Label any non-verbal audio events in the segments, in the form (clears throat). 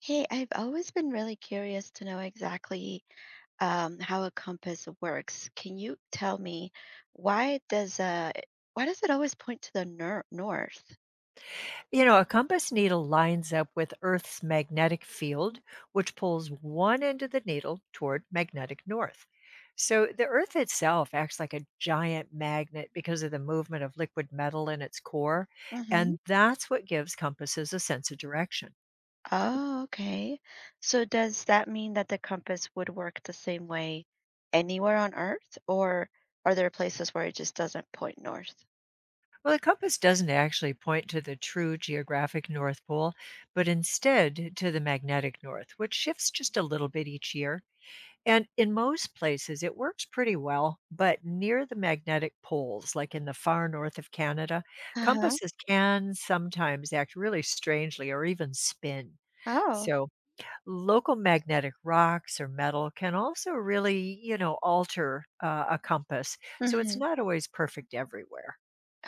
Hey, I've always been really curious to know exactly how a compass works. Can you tell me why does why does it always point to the nor north? A compass needle lines up with Earth's magnetic field, which pulls one end of the needle toward magnetic north. So the Earth itself acts like a giant magnet because of the movement of liquid metal in its core, hmm and that's what gives compasses a sense of direction. Oh, okay. So does that mean that the compass would work the same way anywhere on Earth, or are there places where it just doesn't point north? Well, the compass doesn't actually point to the true geographic North Pole, but instead to the magnetic north, which shifts just a little bit each year. And in most places, it works pretty well, but near the magnetic poles, like in the far north of Canada, Uh-huh. compasses can sometimes act really strangely or even spin. Oh. So, local magnetic rocks or metal can also really, alter a compass. So, it's hmm not always perfect everywhere.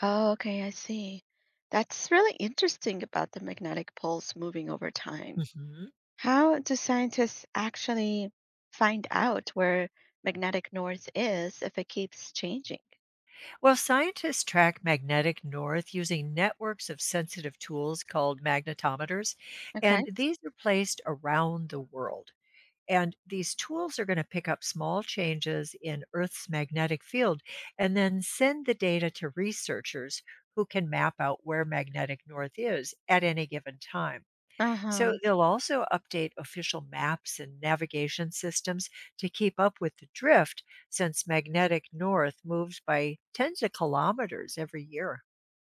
Oh, okay, I see. That's really interesting about the magnetic poles moving over time. Mhm. How do scientists actually find out where magnetic north is if it keeps changing? Well, scientists track magnetic north using networks of sensitive tools called magnetometers, Okay. and these are placed around the world. And these tools are going to pick up small changes in Earth's magnetic field and then send the data to researchers who can map out where magnetic north is at any given time. So Uh-huh. they'll also update official maps and navigation systems to keep up with the drift since magnetic north moves by tens of kilometers every year.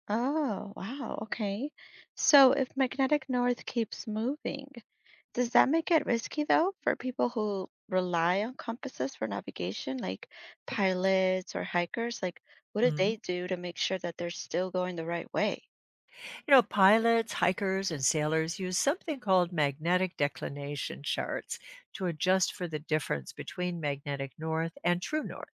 Oh, wow. Okay. So if magnetic north keeps moving, does that make it risky though for people who rely on compasses for navigation, like pilots or hikers? Like, what do Mhm. they do to make sure that they're still going the right way? Pilots, hikers, and sailors use something called magnetic declination charts to adjust for the difference between magnetic north and true north.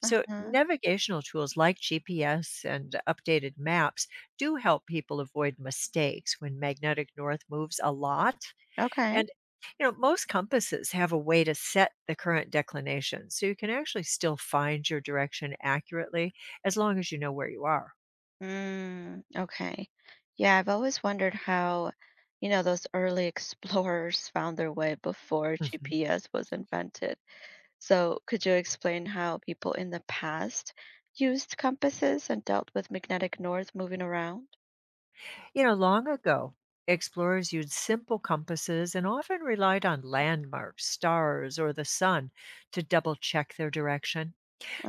So, Uh-huh. navigational tools like GPS and updated maps do help people avoid mistakes when magnetic north moves a lot. Okay. And most compasses have a way to set the current declination, so you can actually still find your direction accurately as long as you know where you are. Mm, okay. Yeah, I've always wondered how, those early (laughs) explorers found their way before Mhm. GPS was invented. So, could you explain how people in the past used compasses and dealt with magnetic north moving around? Long ago, explorers used simple compasses and often relied on landmarks, stars, or the sun to double check their direction.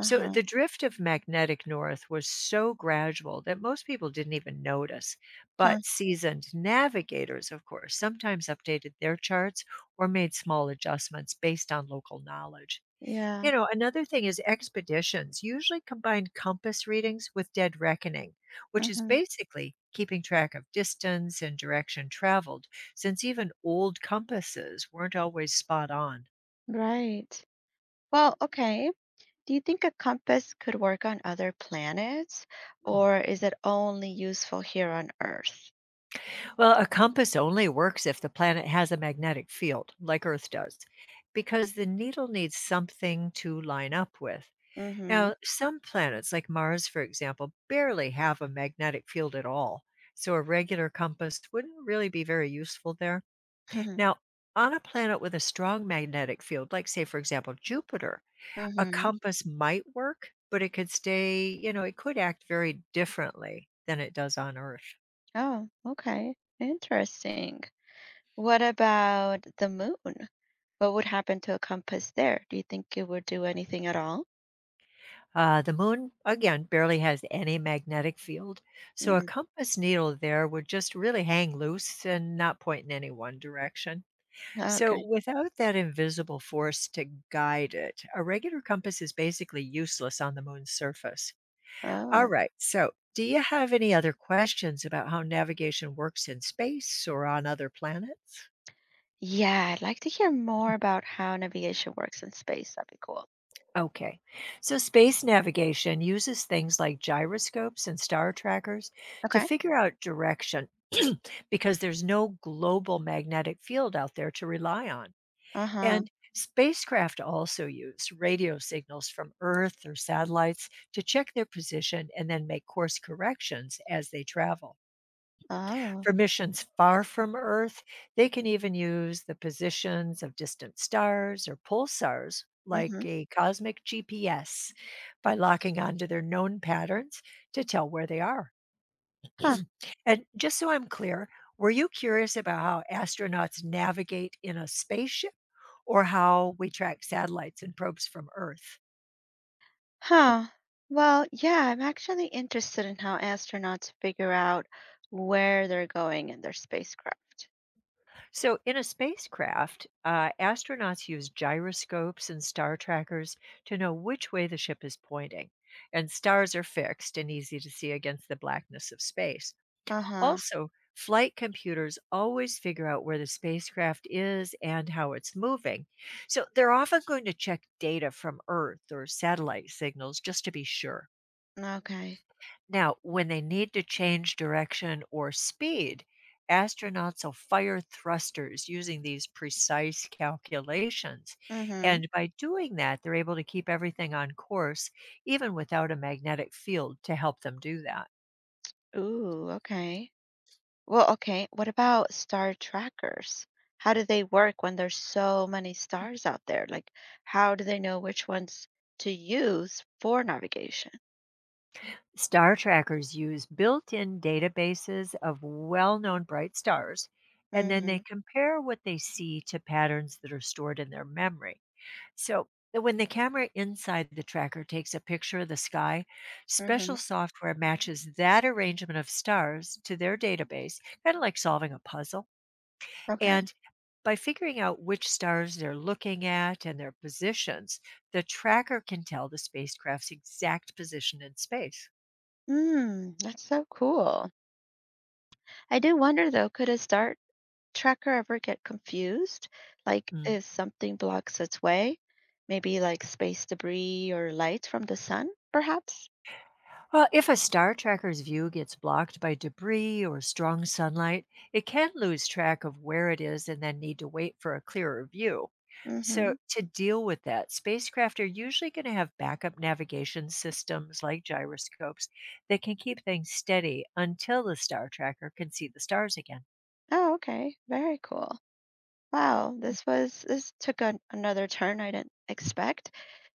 So the drift of magnetic north was so gradual that most people didn't even notice. Huh. But seasoned navigators, of course, sometimes updated their charts or made small adjustments based on local knowledge. You Yeah. know, another thing is expeditions usually combine compass readings with dead reckoning, which is Mm-hmm. basically keeping track of distance and direction traveled, since even old compasses weren't always spot on. Right. Well, okay. Do you think a compass could work on other planets, Hmm. or is it only useful here on Earth? Well, a compass only works if the planet has a magnetic field, like Earth does, because the needle needs something to line up with. Mm-hmm. Now, some planets, like Mars, for example, barely have a magnetic field at all, so a regular compass wouldn't really be very useful there. Now, (laughs) on a planet with a strong magnetic field, like, say, for example, Jupiter, a Mm-hmm. compass might work, but it could act very differently than it does on Earth. Oh, okay. Interesting. What about the moon? What would happen to a compass there? Do you think it would do anything at all? The moon, again, barely has any magnetic field. So a Mm, compass needle there would just really hang loose and not point in any one direction. So okay. without that invisible force to guide it, a regular compass is basically useless on the moon's surface. Oh, Alright, so do you have any other questions about how navigation works in space or on other planets? yeah. I'd like to hear more about how navigation works in space. That'd be cool. Okay. So space navigation uses things like gyroscopes and star trackers to Okay. figure out direction (clears throat) because there's no global magnetic field out there to rely on. Uh-huh. And spacecraft also use radio signals from Earth or satellites to check their position and then make course corrections as they travel. Oh. For missions far from Earth, they can even use the positions of distant stars or pulsars, like Mm-hmm. a cosmic GPS, by locking onto their known patterns to tell where they are. Huh. (clears throat) And just so I'm clear, were you curious about how astronauts navigate in a spaceship or how we track satellites and probes from Earth? Huh. Well, yeah, I'm actually interested in how astronauts figure out where they're going in their spacecraft. So, in a spacecraft, astronauts use gyroscopes and star trackers to know which way the ship is pointing. And stars are fixed and easy to see against the blackness of space. Uh-huh. Also, flight computers always figure out where the spacecraft is and how it's moving. So, they're often going to check data from Earth or satellite signals just to be sure. Okay. Now, when they need to change direction or speed, astronauts will fire thrusters using these precise calculations. Mm-hmm. And by doing that, they're able to keep everything on course, even without a magnetic field to help them do that. Ooh, okay. Well, okay. What about star trackers? How do they work when there's so many stars out there? Like, how do they know which ones to use for navigation? Star trackers use built in databases of well known bright stars, and then they Mm-hmm. compare what they see to patterns that are stored in their memory. So, when the camera inside the tracker takes a picture of the sky, special Mm-hmm. software matches that arrangement of stars to their database, kind of like solving a puzzle. Okay. And by figuring out which stars they're looking at and their positions, the tracker can tell the spacecraft's exact position in space. Mm, that's so cool. I do wonder though, could a star tracker ever get confused? Like, if something blocks its way, maybe like space debris or light from the sun, perhaps? Well, if a star tracker's view gets blocked by debris or strong sunlight, it can lose track of where it is and then need to wait for a clearer view. So, Mm-hmm. to deal with that, spacecraft are usually going to have backup navigation systems like gyroscopes that can keep things steady until the star tracker can see the stars again. Oh, okay. Very cool. Wow, this took another turn I didn't expect.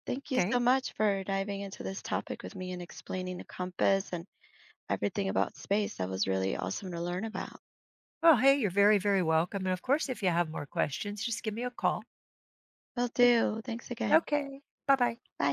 Thank you Okay. so much for diving into this topic with me and explaining the compass and everything about space. That was really awesome to learn about. Well, hey, you're very, very welcome. And of course, if you have more questions, just give me a call. Will do. Thanks again. Okay. Bye bye. Bye.